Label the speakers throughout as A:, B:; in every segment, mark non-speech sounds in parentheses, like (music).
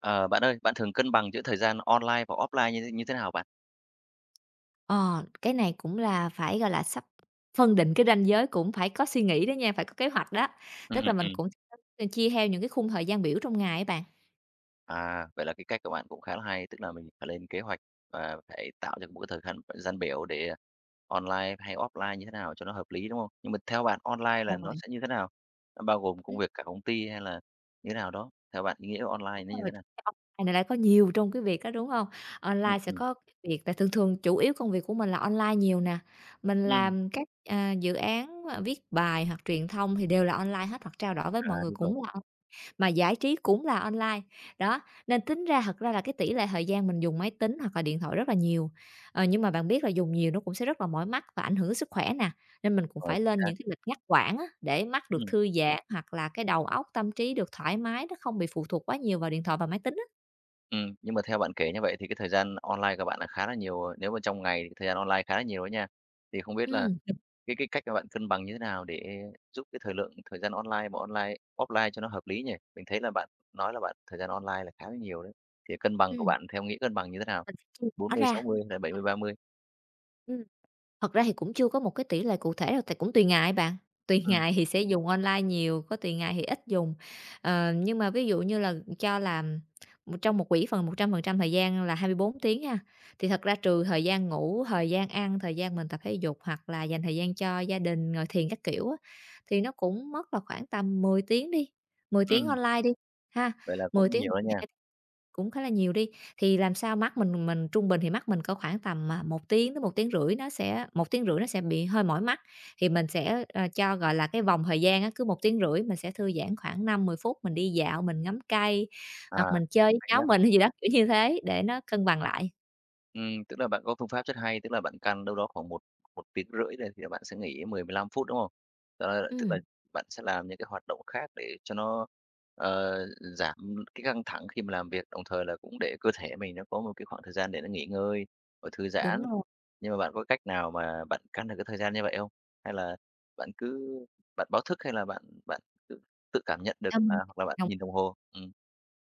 A: Ờ, bạn ơi, bạn thường cân bằng giữa thời gian online và offline như thế nào bạn?
B: Ờ, cái này cũng là phải, gọi là, sắp phân định cái ranh giới, cũng phải có suy nghĩ đó nha, phải có kế hoạch đó.
A: Ừm,
B: Tức là mình
A: ừm.
B: cũng sẽ chia theo những cái khung thời gian biểu trong ngày á bạn.
A: À, vậy là cái cách của bạn cũng khá là hay, tức là mình phải lên kế hoạch và phải tạo ra một cái thời khăn gian biểu để online hay offline như thế nào cho nó hợp lý, đúng không? Nhưng mà theo bạn online là nó
B: Rồi.
A: sẽ như thế nào? Nó bao gồm công
B: Ừm,
A: việc cả công ty hay là như thế nào đó? Theo bạn ý nghĩa của online nó
B: đúng
A: như thế
B: rồi,
A: nào?
B: online này lại có nhiều trong cái việc đó, đúng không?
A: Ừm,
B: Online sẽ
A: ừm.
B: có cái việc là thường thường chủ yếu công việc của mình là online nhiều nè, mình
A: Ừm.
B: làm các, à, dự án, à, viết bài hoặc truyền thông thì đều là online hết hoặc trao đổi với
A: À,
B: mọi người
A: đúng rồi,
B: cũng là. Mà giải trí cũng là online, đó, nên tính ra thật ra là cái tỷ lệ thời gian mình dùng máy tính hoặc là điện thoại rất là nhiều. Nhưng mà bạn biết là dùng nhiều nó cũng sẽ rất là mỏi mắt và ảnh hưởng đến sức khỏe nè, nên mình cũng
A: rồi,
B: phải
A: chính
B: lên
A: xác.
B: những cái lịch ngắt quãng á, để mắt được
A: Ừm,
B: thư giãn hoặc là cái đầu óc, tâm trí được thoải mái, nó không bị phụ thuộc quá nhiều vào điện thoại và máy tính á.
A: nhưng mà theo bạn kể như vậy thì cái thời gian online của bạn là khá là nhiều, ờ, nếu mà trong ngày thì thời gian online khá là nhiều đó nha. Thì không biết là
B: Đúng.
A: cái cách mà bạn cân bằng như thế nào để giúp cái thời lượng thời gian online và online offline cho nó hợp lý nhỉ? Mình thấy là bạn nói là bạn thời gian online là khá là nhiều đấy. Thì cân bằng của
B: Ừm,
A: bạn theo nghĩa cân bằng như thế nào?
B: mình phải chia
A: bốn
B: nhỏ
A: mươi sáu
B: ra.
A: mươi hay là 70-30?
B: Thật ra thì cũng chưa có một cái tỷ lệ cụ thể đâu, tại cũng tùy ngày bạn, tùy (laughs)
A: Ừm,
B: ngày thì sẽ dùng online nhiều, có tùy ngày thì ít dùng. Nhưng mà ví dụ như là cho làm một trong một quỹ phần 100% thời gian là 24 tiếng ha, thì thật ra trừ thời gian ngủ, thời gian ăn, thời gian mình tập thể dục hoặc là dành thời gian cho gia đình, ngồi thiền các kiểu á, thì nó cũng mất là khoảng tầm 10 tiếng đi, 10 tiếng
A: ừm,
B: online đi ha,
A: vậy là
B: 10
A: cũng
B: tiếng
A: nhiều đó nha.
B: (laughs) cũng khá là nhiều đi, thì làm sao mắt mình trung bình thì mắt mình có khoảng tầm, 1 tiếng tới một tiếng rưỡi nó sẽ một tiếng rưỡi nó sẽ bị hơi mỏi mắt, thì mình sẽ, cho, gọi là, cái vòng thời gian á, cứ một tiếng rưỡi mình sẽ thư giãn khoảng năm mười phút, mình đi dạo, mình ngắm cây, hoặc
A: À,
B: mình chơi với
A: hay
B: cháu
A: đấy.
B: mình (laughs) hay gì đó, kiểu như thế, để nó cân bằng lại.
A: Tức là bạn có phương pháp rất hay, tức là bạn căn đâu đó khoảng một một tiếng rưỡi này thì bạn sẽ nghỉ 10-15 phút, đúng không? Đó, là, tức là
B: Ừm,
A: bạn sẽ làm những cái hoạt động khác để cho nó, ờ, giảm cái căng thẳng khi mà làm việc, đồng thời là cũng để cơ thể mình nó có một cái khoảng thời gian để nó nghỉ ngơi, rồi thư
B: đúng
A: giãn.
B: rồi.
A: Nhưng mà bạn có cách nào mà bạn căn được cái thời gian như vậy không? Hay là bạn cứ bạn báo thức hay là bạn bạn tự tự cảm nhận được, à,
B: Thâm
A: hoặc là bạn nhìn đồng hồ?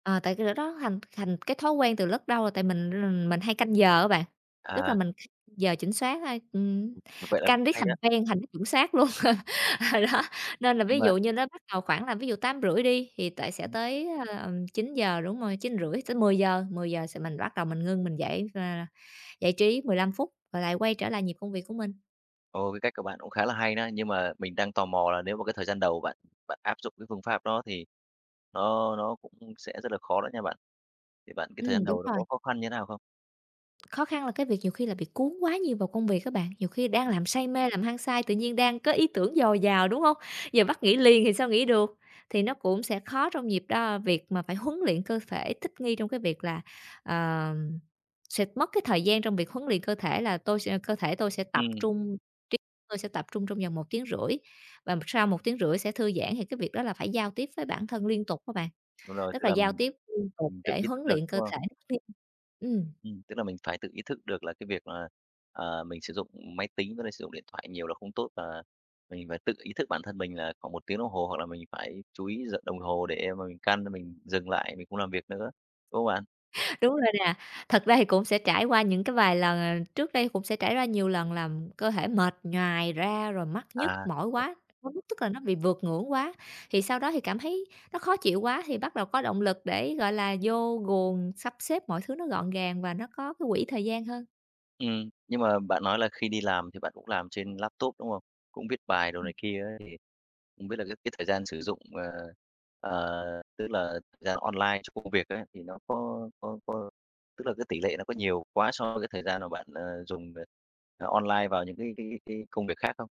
B: Ờ, Tại cái đó thành thành cái thói quen từ rất lâu rồi, tại mình hay canh giờ á bạn, tức là
A: À,
B: mình canh giờ chính xác thôi,
A: vậy là
B: canh
A: cũng
B: riết
A: hay đó,
B: thành quen, thành chuẩn xác luôn. (laughs) Đó, nên là
A: nhưng
B: ví
A: mà
B: dụ như nó bắt đầu khoảng là ví dụ tám rưỡi đi, thì tại sẽ tới, chín giờ đúng rồi, chín rưỡi tới mười giờ, mười giờ sẽ mình bắt đầu mình ngưng mình dậy và giải trí 15 phút, rồi lại quay trở lại nhịp công việc của mình.
A: ồ, cái cách của bạn cũng khá là hay đó, nhưng mà mình đang tò mò là nếu mà cái thời gian đầu bạn bạn áp dụng cái phương pháp đó thì nó cũng sẽ rất là khó đó nha bạn. Thì bạn cái thời gian
B: Đúng
A: đầu nó
B: rồi.
A: có khó khăn như thế nào không?
B: Khó khăn là cái việc nhiều khi là bị cuốn quá nhiều vào công việc các bạn, nhiều khi đang làm say mê, làm hăng say, tự nhiên đang có ý tưởng dồi dào, đúng không? Giờ bắt nghỉ liền thì sao nghỉ được? Thì nó cũng sẽ khó trong nhịp đó việc mà phải huấn luyện cơ thể thích nghi trong cái việc là, ờ, sẽ mất cái thời gian trong việc huấn luyện cơ thể là tôi sẽ cơ thể tôi sẽ
A: Ừ,
B: tập trung, trí óc tôi sẽ tập trung trong vòng một tiếng rưỡi và sau một tiếng rưỡi sẽ thư giãn, thì cái việc đó là phải giao tiếp với bản thân liên tục các bạn,
A: đúng rồi,
B: tức
A: tức
B: là
A: là
B: giao tiếp liên tục
A: mình tự
B: để
A: ý
B: huấn
A: thức được,
B: luyện cơ
A: đúng không?
B: thể. Ừm.
A: Ừ, tức là mình phải tự ý thức được là cái việc là, ờ, mình sử dụng máy tính với lại sử dụng điện thoại nhiều là không tốt và mình phải tự ý thức bản thân mình là khoảng 1 tiếng đồng hồ hoặc là mình phải chú ý giờ đồng hồ để mà mình căn mình dừng lại, mình không làm việc nữa, đúng không bạn?
B: Đúng rồi nè. Thật ra thì cũng sẽ trải qua những cái vài lần, trước đây cũng sẽ trải ra nhiều lần làm cơ thể mệt nhoài ra, rồi mắt nhức
A: À.
B: mỏi quá, quá mức, tức là nó bị vượt ngưỡng quá. Thì sau đó thì cảm thấy nó khó chịu quá thì bắt đầu có động lực để, gọi là, vô guồng sắp xếp mọi thứ nó gọn gàng và nó có cái quỹ thời gian hơn.
A: Nhưng mà bạn nói là khi đi làm thì bạn cũng làm trên laptop, đúng không? Cũng viết bài đồ này kia ấy, thì không biết là cái thời gian sử dụng, ờ, ờ, tức là thời gian online cho công việc ấy, thì nó có tức là cái tỷ lệ nó có nhiều quá so với cái thời gian mà bạn, ờ, dùng, ờ, ờ, online vào những cái công việc khác không?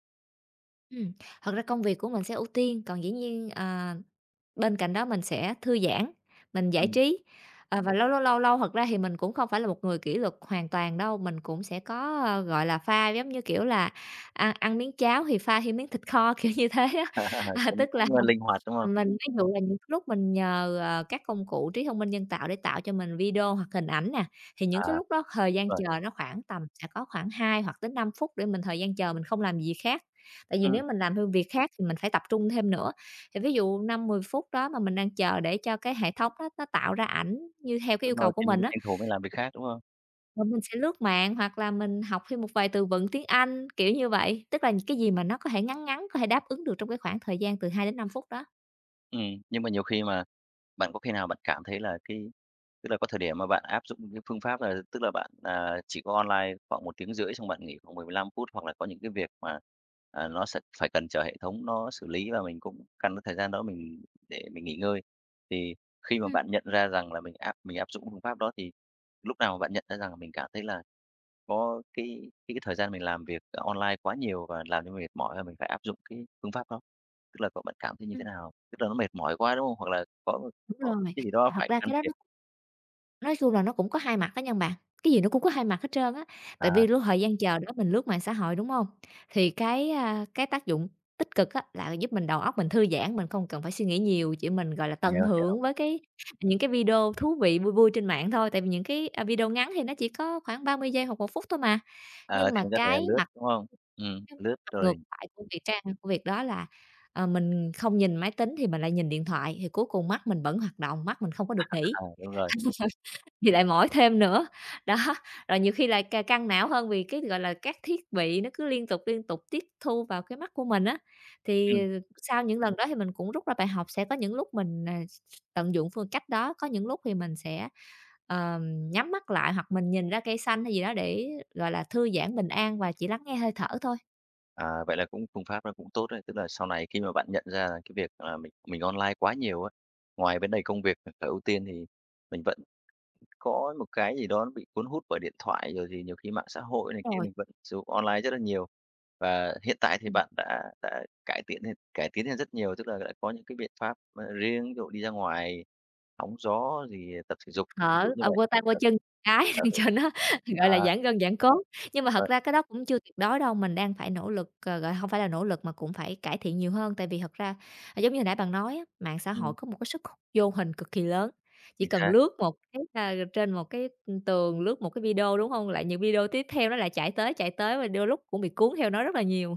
B: Ừm, thật ra công việc của mình sẽ ưu tiên, còn dĩ nhiên, ờ. Bên cạnh đó mình sẽ thư giãn, mình giải
A: Ừm,
B: trí, và lâu lâu thật ra thì mình cũng không phải là một người kỷ luật hoàn toàn đâu, mình cũng sẽ có, gọi là, pha giống như, kiểu là, ăn ăn miếng cháo thì pha thêm miếng thịt kho, (laughs) kiểu như thế á.
A: (laughs)
B: (laughs) À,
A: nó
B: tức là
A: cũng, ơ, linh hoạt, đúng không?
B: Mình ví dụ là những cái lúc mình nhờ, các công cụ trí thông minh nhân tạo để tạo cho mình video hoặc hình ảnh nè, thì những cái
A: À,
B: lúc đó thời gian
A: rồi,
B: chờ nó khoảng tầm sẽ có khoảng 2 hoặc tới 5 phút để mình thời gian chờ mình không làm gì khác. Tại vì
A: ừm,
B: nếu mình làm thêm việc khác thì mình phải tập trung thêm nữa. Thì ví dụ 5 10 phút đó mà mình đang chờ để cho cái hệ thống đó nó tạo ra ảnh như theo cái
A: đúng
B: yêu
A: rồi,
B: cầu của
A: thì mình
B: mình á,
A: tranh thủ mới làm việc khác, đúng không?
B: rồi mình sẽ lướt mạng hoặc là mình học thêm một vài từ vựng tiếng Anh, kiểu như vậy. Tức là những cái gì mà nó có thể ngắn ngắn, có thể đáp ứng được trong cái khoảng thời gian từ 2 đến 5 phút đó.
A: Ừ, nhưng mà nhiều khi mà bạn có khi nào bạn cảm thấy là cái tức là có thời điểm mà bạn áp dụng cái phương pháp là tức là bạn, à, chỉ có online khoảng 1 tiếng rưỡi xong bạn nghỉ khoảng 15 phút, hoặc là có những cái việc mà, à, nó sẽ phải cần chờ hệ thống nó xử lý và mình cũng căn cái thời gian đó mình để mình nghỉ ngơi. Thì khi mà
B: Ừm,
A: bạn nhận ra rằng là mình áp dụng phương pháp đó thì lúc nào mà bạn nhận ra rằng là mình cảm thấy là có cái thời gian mình làm việc online quá nhiều và làm cho mình mệt mỏi và mình phải áp dụng cái phương pháp đó? Tức là cậu bạn cảm thấy như thế
B: ừm.
A: nào? Tức là nó mệt mỏi quá, đúng không? Hoặc là có một
B: Đúng
A: có
B: rồi,
A: cái gì đó
B: thật
A: phải
B: ra
A: can
B: cái đó
A: thiệp.
B: nó nói chung là nó cũng có hai mặt á nhân bạn, cái gì nó cũng có hai mặt hết trơn á. Tại
A: À,
B: vì lúc thời gian chờ đó mình lướt mạng xã hội, đúng không? Thì cái, cái tác dụng tích cực á là giúp mình đầu óc mình thư giãn, mình không cần phải suy nghĩ nhiều, chỉ mình, gọi là, tận
A: hiểu, hiểu.
B: hưởng với cái những cái video thú vị, vui vui trên mạng thôi. Tại vì những cái, video ngắn thì nó chỉ có khoảng 30 giây hoặc một phút thôi mà.
A: Ờ,
B: Nhưng
A: thì
B: mà
A: mình có thể lướt, đúng không?
B: cái
A: Lướt
B: mặt
A: rồi
B: ngược lại của việc trang của việc đó là, mình không nhìn máy tính thì mình lại nhìn điện thoại, thì cuối cùng mắt mình vẫn hoạt động, mắt mình không có được
A: à,
B: nghỉ,
A: đúng rồi.
B: (laughs) thì lại mỏi thêm nữa. Đó, rồi nhiều khi lại căng não hơn vì cái, gọi là, các thiết bị nó cứ liên tục tiếp thu vào cái mắt của mình á. Thì
A: Ừm,
B: sau những lần đó thì mình cũng rút ra bài học, sẽ có những lúc mình, s s tận dụng phương cách đó, có những lúc thì mình sẽ nhắm mắt lại hoặc mình nhìn ra cây xanh hay gì đó để, gọi là, thư giãn, bình an và chỉ lắng nghe hơi thở thôi.
A: à, vậy là cũng phương pháp nó cũng tốt đấy. Tức là sau này khi mà bạn nhận ra là cái việc, à, mình online quá nhiều á, ngoài vấn đề công việc phải ưu tiên thì mình vẫn có một cái gì đó nó bị cuốn hút bởi điện thoại, rồi thì nhiều khi mạng xã hội này kia
B: Rồi,
A: mình vẫn sử dụng online rất là nhiều. Và hiện tại thì
B: ừm.
A: bạn đã cải tiến lên rất nhiều, tức là đã có những cái biện pháp, ờ, riêng, ví dụ đi ra ngoài hóng gió, gì tập thể dục, ví dụ
B: Thở,
A: như vậy.
B: quơ tay quơ chân cái
A: Ờ. À,
B: (laughs) để
A: vậy
B: cho nó, gọi là,
A: à,
B: giãn gân giãn cốt. Nhưng mà thật
A: rồi,
B: ra cái đó cũng chưa tuyệt đối đâu, mình đang phải nỗ lực, gọi, không phải là nỗ lực mà cũng phải cải thiện nhiều hơn. Tại vì thật ra, giống như hồi nãy bạn nói á, mạng xã hội
A: ừm,
B: có một cái sức hút vô hình cực kỳ lớn, chỉ cần lướt một cái, trên một cái, tường, lướt một cái video, đúng không? Lại những video tiếp theo nó lại chạy tới và đôi lúc cũng bị cuốn theo nó rất là nhiều.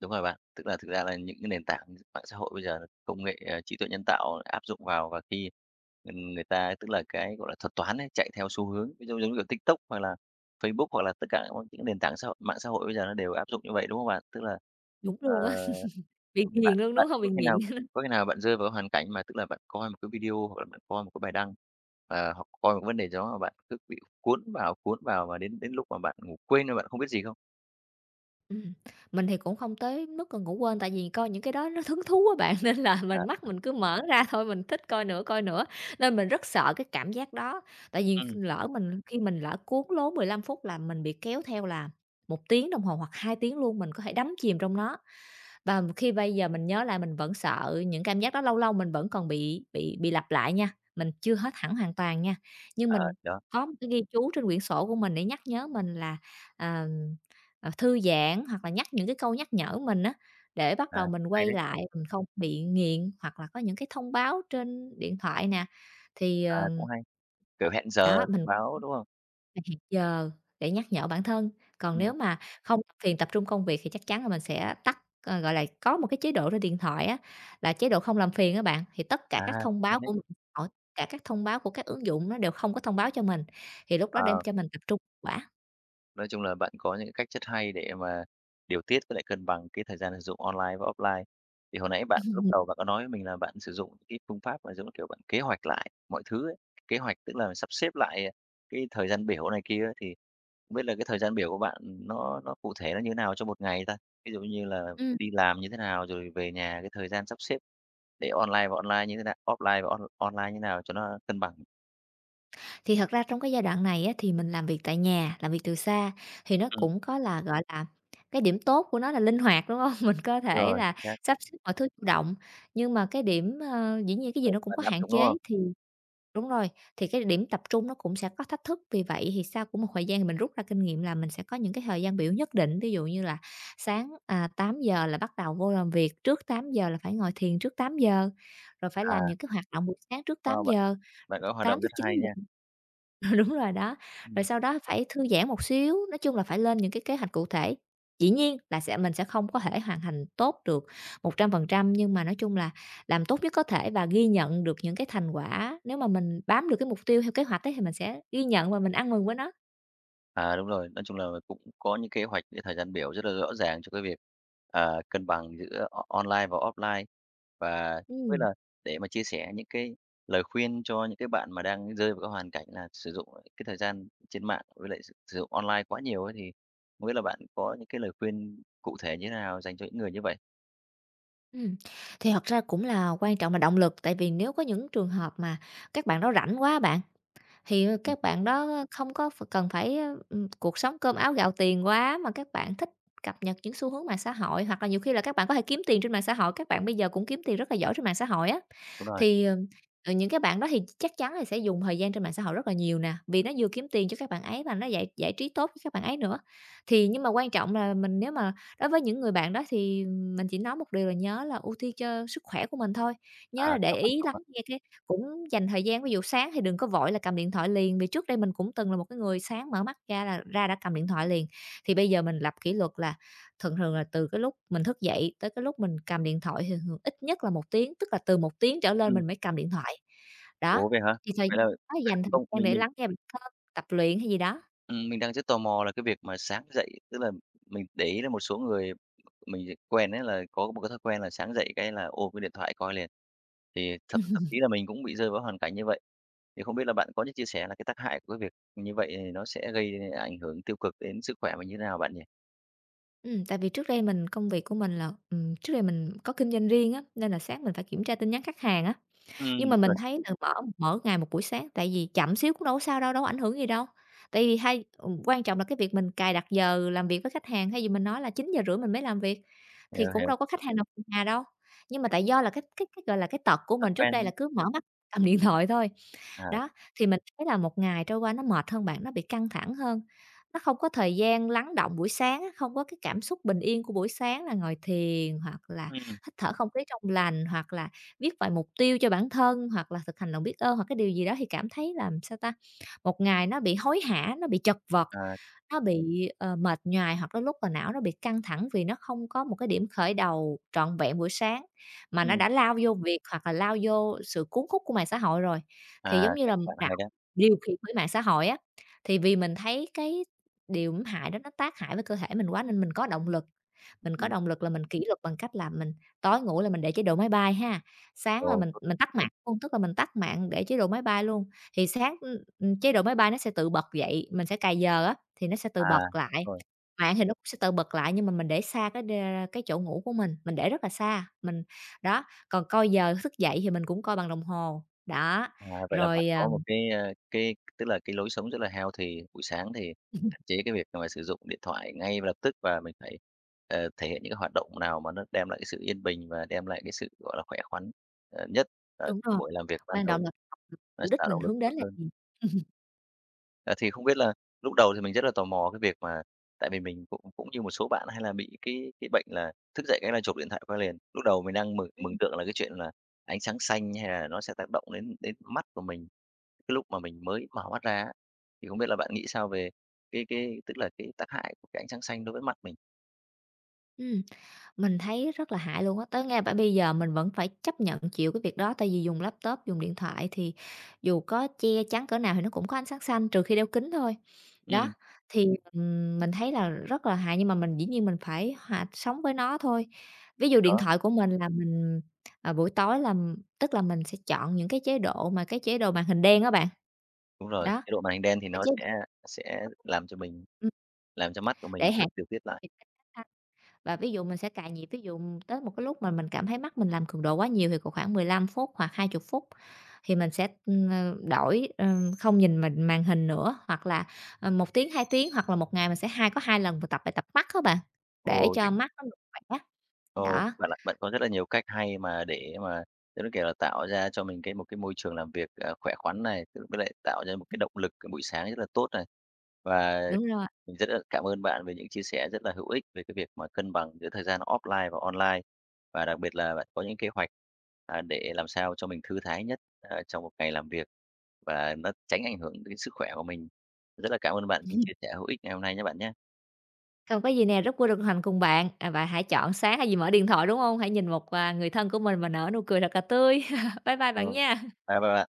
A: đúng rồi bạn. Tức là thực ra là những cái nền tảng mạng xã hội bây giờ là công nghệ, ờ, trí tuệ nhân tạo áp dụng vào và khi, người ta tức là cái, gọi là, thuật toán ấy, chạy theo xu hướng, ví dụ giống như, kiểu, TikTok hoặc là Facebook hoặc là tất cả những nền tảng xã hội mạng xã hội bây giờ nó đều áp dụng như vậy, đúng không bạn? Tức là,
B: Đúng
A: ờ,
B: luôn á. Bị
A: bạn
B: ghiền luôn,
A: bạn
B: đúng hông?
A: có
B: Bị
A: khi nào
B: nghiện. (laughs)
A: bạn rơi vào hoàn cảnh mà tức là bạn coi một cái video hoặc là bạn coi một cái bài đăng, ờ, hoặc coi một vấn đề gì đó mà bạn cứ bị cuốn vào và đến đến lúc mà bạn ngủ quên mà bạn không biết gì không?
B: Ừm, mình thì cũng không tới mức là ngủ quên, tại vì coi những cái đó nó hứng thú á bạn, (laughs) nên là
A: À,
B: mình mắt mình cứ mở ra thôi, mình thích coi nữa, nên mình rất sợ cái cảm giác đó. Tại vì
A: ừm,
B: lỡ mình khi mình lỡ cuốn lố 15 phút là mình bị kéo theo là một tiếng đồng hồ hoặc 2 tiếng luôn, mình có thể đắm chìm trong nó. Và khi bây giờ mình nhớ lại mình vẫn sợ những cảm giác đó, lâu lâu mình vẫn còn bị lặp lại nha, mình chưa hết hẳn hoàn toàn nha. Nhưng mình
A: ờ, đó,
B: có một cái ghi chú trên quyển sổ của mình để nhắc nhớ mình là, à, thư giãn hoặc là nhắc những cái câu nhắc nhở mình á, để bắt
A: à,
B: đầu mình
A: hay
B: quay
A: đấy.
B: lại, mình không bị nghiện hoặc là có những cái thông báo trên điện thoại nè. Thì,
A: À, cũng
B: ờ
A: hay, kiểu, hẹn giờ
B: đó, mình
A: báo, đúng không?
B: mình hẹn giờ để nhắc nhở bản thân, còn
A: Ừm,
B: nếu mà không phiền tập trung công việc thì chắc chắn là mình sẽ tắt, gọi là, có một cái chế độ trên điện thoại á, là chế độ không làm phiền các bạn, thì tất cả các
A: à,
B: thông
A: hay
B: báo
A: đấy.
B: của mình hỏi cả các thông báo của các ứng dụng nó đều không có thông báo cho mình, thì lúc đó đem
A: Ờ,
B: cho mình tập trung quả.
A: nói chung là bạn có những cái cách rất hay để mà điều tiết với lại cân bằng cái thời gian sử dụng online và offline. Thì hồi nãy bạn lúc
B: Ừm.
A: đầu bạn có nói với mình là bạn sử dụng cái phương pháp mà, giống kiểu, bạn kế hoạch lại mọi thứ ấy, kế hoạch tức là sắp xếp lại, à, cái thời gian biểu này kia ấy, thì không biết là cái thời gian biểu của bạn nó cụ thể nó như thế nào trong một ngày ta? Ví dụ như là đi làm như thế nào, rồi về nhà cái thời gian sắp xếp để online và online như thế nào offline và on online như thế nào cho nó cân bằng?
B: Thì thật ra trong cái giai đoạn này á, thì mình làm việc tại nhà, làm việc từ xa thì nó cũng có là, gọi là, cái điểm tốt của nó là linh hoạt, đúng không? (laughs) Mình có
A: Đúng
B: thể
A: rồi,
B: là
A: chính xác,
B: sắp xếp mọi thứ chủ động, nhưng mà cái điểm, dĩ nhiên cái gì
A: bạn
B: nó cũng
A: bạn
B: có
A: áp
B: hạn
A: dụng, đúng không?
B: chế thì đúng rồi, thì cái điểm tập trung nó cũng sẽ có thách thức. Vì vậy thì sau của một thời gian thì mình rút ra kinh nghiệm là mình sẽ có những cái thời gian biểu nhất định, ví dụ như là sáng, tám giờ là bắt đầu vô làm việc, trước tám giờ là phải ngồi thiền trước tám giờ rồi phải làm
A: À,
B: những cái hoạt động buổi sáng trước
A: wow, bạn bạn có
B: 8:00,
A: hoạt động rất hay nha.
B: 8:00-9:00. (laughs) Đúng rồi đó, rồi
A: Ừm.
B: sau đó phải thư giãn một xíu, nói chung là phải lên những cái kế hoạch cụ thể. Dĩ nhiên là sẽ mình sẽ không có thể hoàn thành tốt được 100% nhưng mà nói chung là làm tốt nhất có thể và ghi nhận được những cái thành quả. Nếu mà mình bám được cái mục tiêu theo kế hoạch ấy thì mình sẽ ghi nhận và mình ăn mừng với nó.
A: À, đúng rồi, nói chung là cũng có những kế hoạch, những thời gian biểu rất là rõ ràng cho cái việc, ờ, cân bằng giữa o online và offline. Và không biết
B: Ừm,
A: là để mà chia sẻ những cái lời khuyên cho những cái bạn mà đang rơi vào cái hoàn cảnh là sử dụng cái thời gian trên mạng với lại sử sử dụng online quá nhiều ấy, thì không biết là bạn có những cái lời khuyên cụ thể như thế nào dành cho những người như vậy?
B: ừm. Thì thật ra cũng là quan trọng là động lực, tại vì nếu có những trường hợp mà các bạn đó rảnh quá bạn.
A: Ừm,
B: Các bạn đó không có ph cần phải, cuộc sống cơm áo gạo tiền quá, mà các bạn thích cập nhật những xu hướng mạng xã hội, hoặc là nhiều khi là các bạn có thể kiếm tiền trên mạng xã hội, các bạn bây giờ cũng kiếm tiền rất là giỏi trên mạng xã hội á.
A: đúng rồi,
B: Thì những cái bạn đó thì chắc chắn là sẽ dùng thời gian trên mạng xã hội rất là nhiều nè, vì nó vừa kiếm tiền cho các bạn ấy mà nó giải giải trí tốt cho các bạn ấy nữa. Thì nhưng mà quan trọng là mình nếu mà đối với những người bạn đó thì mình chỉ nói một điều là nhớ là ưu tiên cho sức khỏe của mình thôi,
A: à,
B: nhớ là để
A: khá quan
B: ý
A: trọng ạ.
B: lắng nghe cái cũng dành thời gian, ví dụ sáng thì đừng có vội là cầm điện thoại liền, vì trước đây mình cũng từng là một cái người sáng mở mắt ra là đã cầm điện thoại liền. Thì bây giờ mình lập kỷ luật là thường thường là từ cái lúc mình thức dậy tới cái lúc mình cầm điện thoại thường thường ít nhất là một tiếng, tức là từ một tiếng trở lên
A: Ừm,
B: mình mới cầm điện thoại. Đó,
A: ủa, vậy hả?
B: thì thời
A: Vậy là
B: đó
A: vậy là
B: dành thời
A: không,
B: gian
A: mình
B: để
A: mình
B: lắng nghe bản thân, tập luyện hay gì đó.
A: Mình đang rất tò mò là cái việc mà sáng dậy, tức là mình để ý là một số người mình quen ấy là có một cái thói quen là sáng dậy cái là ôm cái điện thoại coi liền. Thì thậm thậm chí là mình cũng bị rơi vào hoàn cảnh như vậy. Thì không biết là bạn có những chia sẻ là cái tác hại của cái việc như vậy thì nó sẽ gây ảnh hưởng tiêu cực đến sức khỏe mình như thế nào bạn nhỉ?
B: Tại vì trước đây mình công việc của mình là, trước đây mình có kinh doanh riêng á, nên là sáng mình phải kiểm tra tin nhắn khách hàng á. Nhưng
A: Đúng
B: mà mình
A: rồi,
B: thấy là mở mở ngày một buổi sáng, tại vì chậm xíu cũng đâu có sao đâu, đâu có ảnh hưởng gì đâu. Tại vì hay ừ, quan trọng là cái việc mình cài đặt giờ làm việc với khách hàng, hay gì mình nói là chín giờ rưỡi mình mới làm việc, thì
A: hiểu,
B: cũng
A: hiểu,
B: đâu có khách hàng nào nhà đâu. Nhưng mà tại do là cái, gọi là, cái tật của
A: thói
B: mình trước đây
A: quen
B: là cứ mở mắt cầm điện thoại thôi,
A: à,
B: đó, thì mình thấy là một ngày trôi qua nó mệt hơn bạn, nó bị căng thẳng hơn, nó không có thời gian lắng đọng buổi sáng á, không có cái cảm xúc bình yên của buổi sáng là ngồi thiền hoặc là
A: ừm,
B: hít thở không khí trong lành, hoặc là viết vài mục tiêu cho bản thân, hoặc là thực hành lòng biết ơn, hoặc cái điều gì đó thì cảm thấy là, sao ta, một ngày nó bị hối hả, nó bị chật vật,
A: à,
B: nó bị, mệt nhoài, hoặc đôi lúc là não nó bị căng thẳng vì nó không có một cái điểm khởi đầu trọn vẹn buổi sáng mà nó
A: ừm,
B: đã lao vô việc hoặc là lao vô sự cuốn hút của mạng xã hội rồi, thì giống
A: à,
B: như
A: cách
B: là
A: bạn hay
B: đạo
A: đó.
B: điều khiển bởi mạng xã hội á, thì vì mình thấy cái điều hại đó nó tác hại với cơ thể mình quá nên mình có động lực
A: Ừm,
B: là mình kỷ luật bằng cách là mình tối ngủ là mình để chế độ máy bay ha, sáng là
A: ồ,
B: mình
A: tốt
B: mình tắt mạng luôn, tức là mình tắt mạng để chế độ máy bay luôn, thì sáng, chế độ máy bay nó sẽ tự bật dậy, mình sẽ cài giờ á, thì nó sẽ tự
A: à,
B: bật lại.
A: đúng rồi.
B: Mạng thì nó cũng sẽ tự bật lại nhưng mà mình để xa cái đê cái chỗ ngủ của mình để rất là xa, mình đó, còn coi giờ thức dậy thì mình cũng coi bằng đồng hồ, đó.
A: À, vậy là bạn
B: Rồi, ờ
A: có một cái, a, cái tức là cái lối sống rất là healthy, buổi sáng thì hạn chế cái việc mà sử dụng điện thoại ngay và lập tức và mình phải, ờ, thể hiện những cái hoạt động nào mà nó đem lại cái sự yên bình và đem lại cái sự, gọi là, khỏe khoắn, ờ, nhất, ờ,
B: đúng rồi,
A: buổi làm việc ban
B: quan
A: đầu.
B: trọng là
A: Nó sẽ
B: mục đích
A: tạo
B: mình
A: động lực
B: hướng
A: tốt
B: đến là
A: hơn.
B: gì?
A: Ờ, thì không biết là lúc đầu thì mình rất là tò mò cái việc mà tại vì mình cũng cũng như một số bạn hay là bị cái bệnh là thức dậy cái là chụp điện thoại qua liền. Lúc đầu mình đang mường
B: ừ
A: mường tượng là cái chuyện là ánh sáng xanh hay là nó sẽ tác động đến đến mắt của mình cái lúc mà mình mới mở mắt ra á. Thì không biết là bạn nghĩ sao về cái tức là cái tác hại của cái ánh sáng xanh đối với mắt mình?
B: ừm. Mình thấy rất là hại luôn á, tới ngay bả bây giờ mình vẫn phải chấp nhận chịu cái việc đó, tại vì dùng laptop, dùng điện thoại thì dù có che chắn cỡ nào thì nó cũng có ánh sáng xanh, trừ khi đeo kính thôi. Đó,
A: Ừm.
B: thì, mình thấy là rất là hại nhưng mà mình dĩ nhiên mình phải hòa sống với nó thôi. Ví
A: Thì
B: dụ điện
A: đó
B: thoại của mình là mình, buổi tối là m- tức là mình sẽ chọn những cái chế độ mà cái chế độ màn hình đen đó bạn,
A: đúng rồi,
B: đó,
A: chế độ màn hình đen thì
B: là
A: nó
B: chế
A: sẽ làm cho mình
B: ừm,
A: làm cho mắt của mình
B: để
A: mất
B: hạn
A: điều tiết lại.
B: và ví dụ mình sẽ cài nhịp, ví dụ tới một cái lúc mà mình cảm thấy mắt mình làm cường độ quá nhiều thì cỡ khoảng 15 phút hoặc 20 phút thì mình sẽ, đổi, không nhìn mình màn hình nữa, hoặc là, 1 tiếng, 2 tiếng hoặc là một ngày mình sẽ có 2 lần mình tập bài tập mắt á bạn, để
A: Ồ,
B: cho mắt nó được khỏe.
A: Ồ,
B: Đó,
A: bạn ạ, bạn có rất là nhiều cách hay mà để mà, giống như kiểu là, tạo ra cho mình cái một cái môi trường làm việc, à, khỏe khoắn này, tự với lại tạo ra một cái động lực buổi sáng rất là tốt này. Và
B: đúng rồi,
A: mình rất là cảm ơn bạn về những chia sẻ rất là hữu ích về cái việc mà cân bằng giữa thời gian offline và online, và đặc biệt là bạn có những kế hoạch, à, để làm sao cho mình thư thái nhất, à, trong một ngày làm việc và nó tránh ảnh hưởng đến sức khỏe của mình. Rất là cảm ơn bạn những chia sẻ hữu ích ngày hôm nay nhé bạn nhé.
B: không có gì nè, rất vui được đồng hành cùng bạn, bạn hãy chọn sáng hay gì mở điện thoại, đúng không? Hãy nhìn một, người thân của mình và nở nụ cười thật là tươi. (laughs) Bye bye
A: Ờ.
B: bạn nha.
A: Bye bye bạn.